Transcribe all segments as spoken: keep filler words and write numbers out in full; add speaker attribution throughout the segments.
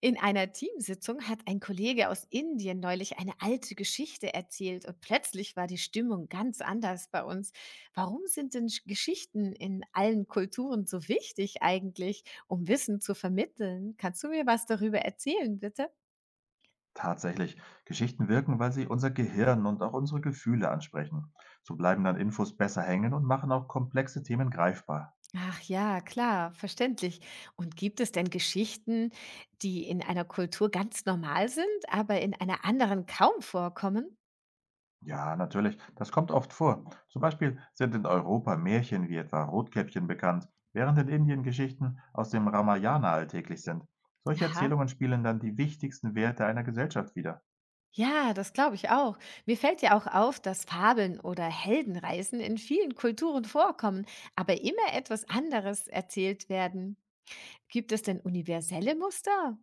Speaker 1: In einer Teamsitzung hat ein Kollege aus Indien neulich eine alte Geschichte erzählt und plötzlich war die Stimmung ganz anders bei uns. Warum sind denn Sch- Geschichten in allen Kulturen so wichtig eigentlich, um Wissen zu vermitteln? Kannst du mir was darüber erzählen, bitte?
Speaker 2: Tatsächlich, Geschichten wirken, weil sie unser Gehirn und auch unsere Gefühle ansprechen. So bleiben dann Infos besser hängen und machen auch komplexe Themen greifbar.
Speaker 1: Ach ja, klar, verständlich. Und gibt es denn Geschichten, die in einer Kultur ganz normal sind, aber in einer anderen kaum vorkommen?
Speaker 2: Ja, natürlich, das kommt oft vor. Zum Beispiel sind in Europa Märchen wie etwa Rotkäppchen bekannt, während in Indien Geschichten aus dem Ramayana alltäglich sind. Solche Erzählungen spielen dann die wichtigsten Werte einer Gesellschaft wider.
Speaker 1: Ja, das glaube ich auch. Mir fällt ja auch auf, dass Fabeln oder Heldenreisen in vielen Kulturen vorkommen, aber immer etwas anderes erzählt werden. Gibt es denn universelle Muster?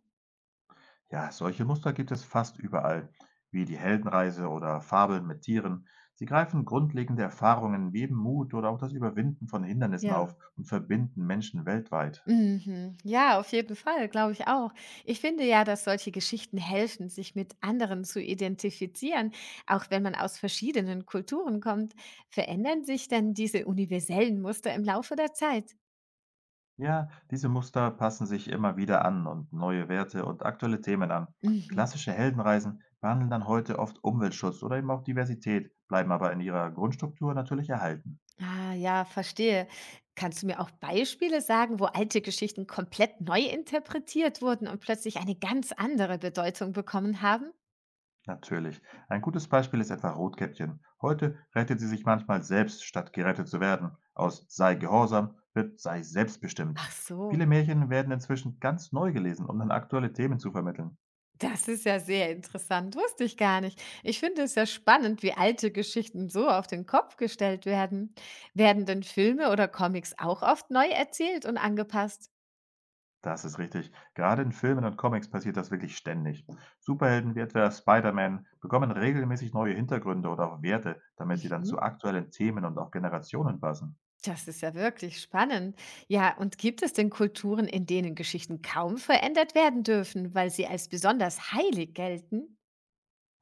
Speaker 2: Ja, solche Muster gibt es fast überall, wie die Heldenreise oder Fabeln mit Tieren. Sie greifen grundlegende Erfahrungen wie eben Mut oder auch das Überwinden von Hindernissen
Speaker 1: Ja,
Speaker 2: auf und verbinden Menschen weltweit.
Speaker 1: mhm. Ja, auf jeden Fall, glaube ich auch. Ich finde ja, dass solche Geschichten helfen, sich mit anderen zu identifizieren, auch wenn man aus verschiedenen Kulturen kommt. Verändern sich denn diese universellen Muster im Laufe der Zeit?
Speaker 2: Ja, diese Muster passen sich immer wieder an und neue Werte und aktuelle Themen an.
Speaker 1: Mhm.
Speaker 2: Klassische Heldenreisen behandeln dann heute oft Umweltschutz oder eben auch Diversität, bleiben aber in ihrer Grundstruktur natürlich erhalten.
Speaker 1: Ah, ja, verstehe. Kannst du mir auch Beispiele sagen, wo alte Geschichten komplett neu interpretiert wurden und plötzlich eine ganz andere Bedeutung bekommen haben?
Speaker 2: Natürlich. Ein gutes Beispiel ist etwa Rotkäppchen. Heute rettet sie sich manchmal selbst, statt gerettet zu werden. Aus sei gehorsam wird sei selbstbestimmt.
Speaker 1: Ach so,
Speaker 2: Viele Märchen werden inzwischen ganz neu gelesen, um dann aktuelle Themen zu vermitteln.
Speaker 1: das ist ja sehr interessant, wusste ich gar nicht. Ich finde es ja spannend, wie alte Geschichten so auf den Kopf gestellt werden. Werden denn Filme oder Comics auch oft neu erzählt und angepasst?
Speaker 2: Das ist richtig. Gerade in Filmen und Comics passiert das wirklich ständig. Superhelden wie etwa Spider-Man bekommen regelmäßig neue Hintergründe oder auch Werte, damit sie dann
Speaker 1: Mhm.
Speaker 2: zu aktuellen Themen und auch Generationen passen.
Speaker 1: Das ist ja wirklich spannend. Ja, und gibt es denn Kulturen, in denen Geschichten kaum verändert werden dürfen, weil sie als besonders heilig gelten?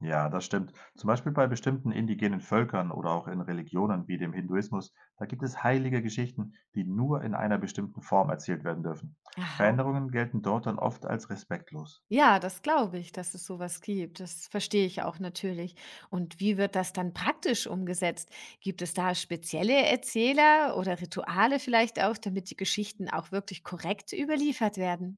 Speaker 2: Ja, das stimmt. Zum Beispiel bei bestimmten indigenen Völkern oder auch in Religionen wie dem Hinduismus, da gibt es heilige Geschichten, die nur in einer bestimmten Form erzählt werden dürfen.
Speaker 1: Aha.
Speaker 2: Veränderungen gelten dort dann oft als respektlos.
Speaker 1: Ja, das glaube ich, dass es sowas gibt. Das verstehe ich auch natürlich. Und wie wird das dann praktisch umgesetzt? Gibt es da spezielle Erzähler oder Rituale vielleicht auch, damit die Geschichten auch wirklich korrekt überliefert werden?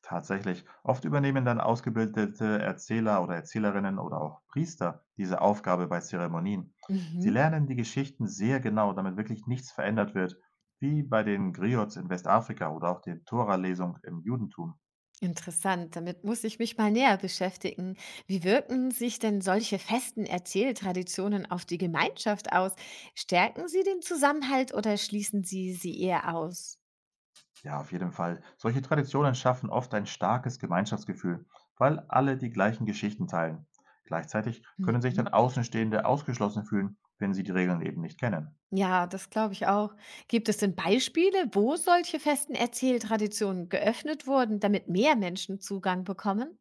Speaker 2: Tatsächlich, oft übernehmen dann ausgebildete Erzähler oder Erzählerinnen oder auch Priester diese Aufgabe bei Zeremonien. Sie
Speaker 1: Mhm.
Speaker 2: lernen die Geschichten sehr genau, damit wirklich nichts verändert wird, wie bei den Griots in Westafrika oder auch den Tora-Lesung im Judentum.
Speaker 1: Interessant, damit muss ich mich mal näher beschäftigen. Wie wirken sich denn solche festen Erzähltraditionen auf die Gemeinschaft aus? Stärken sie den Zusammenhalt oder schließen sie sie eher aus?
Speaker 2: Ja, auf jeden Fall. Solche Traditionen schaffen oft ein starkes Gemeinschaftsgefühl, weil alle die gleichen Geschichten teilen. Gleichzeitig können sich
Speaker 1: Mhm.
Speaker 2: dann Außenstehende ausgeschlossen fühlen, wenn sie die Regeln eben nicht kennen.
Speaker 1: Ja, das glaube ich auch. Gibt es denn Beispiele, wo solche festen Erzähltraditionen geöffnet wurden, damit mehr Menschen Zugang bekommen?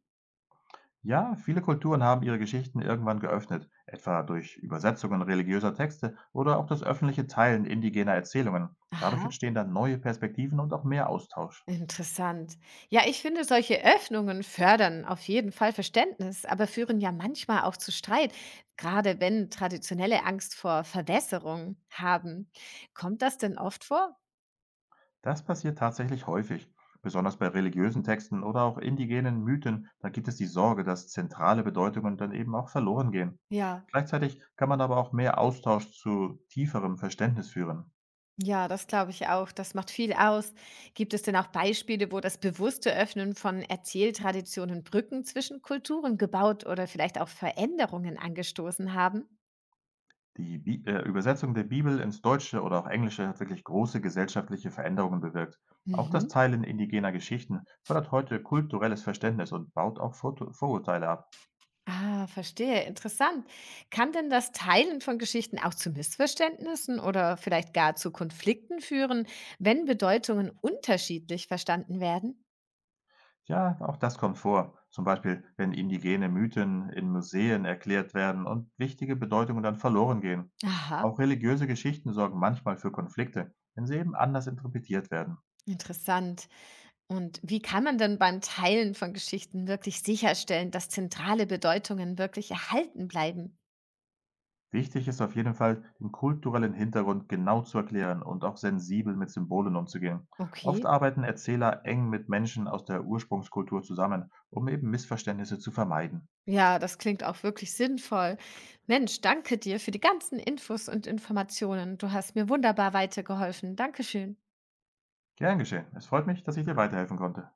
Speaker 2: Ja, viele Kulturen haben ihre Geschichten irgendwann geöffnet, etwa durch Übersetzungen religiöser Texte oder auch das öffentliche Teilen indigener Erzählungen. Dadurch
Speaker 1: Aha.
Speaker 2: entstehen dann neue Perspektiven und auch mehr Austausch.
Speaker 1: Interessant. Ja, ich finde, solche Öffnungen fördern auf jeden Fall Verständnis, aber führen ja manchmal auch zu Streit, gerade wenn traditionelle Angst vor Verwässerung haben. Kommt das denn oft vor?
Speaker 2: Das passiert tatsächlich häufig, besonders bei religiösen Texten oder auch indigenen Mythen. Da gibt es die Sorge, dass zentrale Bedeutungen dann eben auch verloren gehen.
Speaker 1: Ja,
Speaker 2: Gleichzeitig kann man aber auch mehr Austausch zu tieferem Verständnis führen.
Speaker 1: ja, das glaube ich auch. Das macht viel aus. Gibt es denn auch Beispiele, wo das bewusste Öffnen von Erzähltraditionen Brücken zwischen Kulturen gebaut oder vielleicht auch Veränderungen angestoßen haben?
Speaker 2: Die Bi äh, Übersetzung der Bibel ins Deutsche oder auch Englische hat wirklich große gesellschaftliche Veränderungen bewirkt. Auch das
Speaker 1: Mhm.
Speaker 2: Teilen indigener Geschichten fördert heute kulturelles Verständnis und baut auch Vor Vorurteile ab.
Speaker 1: Ah, verstehe, interessant. Kann denn das Teilen von Geschichten auch zu Missverständnissen oder vielleicht gar zu Konflikten führen, wenn Bedeutungen unterschiedlich verstanden werden?
Speaker 2: Ja, auch das kommt vor. Zum Beispiel, wenn indigene Mythen in Museen erklärt werden und wichtige Bedeutungen dann verloren gehen.
Speaker 1: Aha,
Speaker 2: Auch religiöse Geschichten sorgen manchmal für Konflikte, wenn sie eben anders interpretiert werden.
Speaker 1: interessant. Und wie kann man denn beim Teilen von Geschichten wirklich sicherstellen, dass zentrale Bedeutungen wirklich erhalten bleiben?
Speaker 2: Wichtig ist auf jeden Fall, den kulturellen Hintergrund genau zu erklären und auch sensibel mit Symbolen umzugehen. Oft
Speaker 1: Okay.
Speaker 2: arbeiten Erzähler eng mit Menschen aus der Ursprungskultur zusammen, um eben Missverständnisse zu vermeiden.
Speaker 1: Ja, das klingt auch wirklich sinnvoll. Mensch, danke dir für die ganzen Infos und Informationen. Du hast mir wunderbar weitergeholfen. Dankeschön.
Speaker 2: Gern geschehen. Es freut mich, dass ich dir weiterhelfen konnte.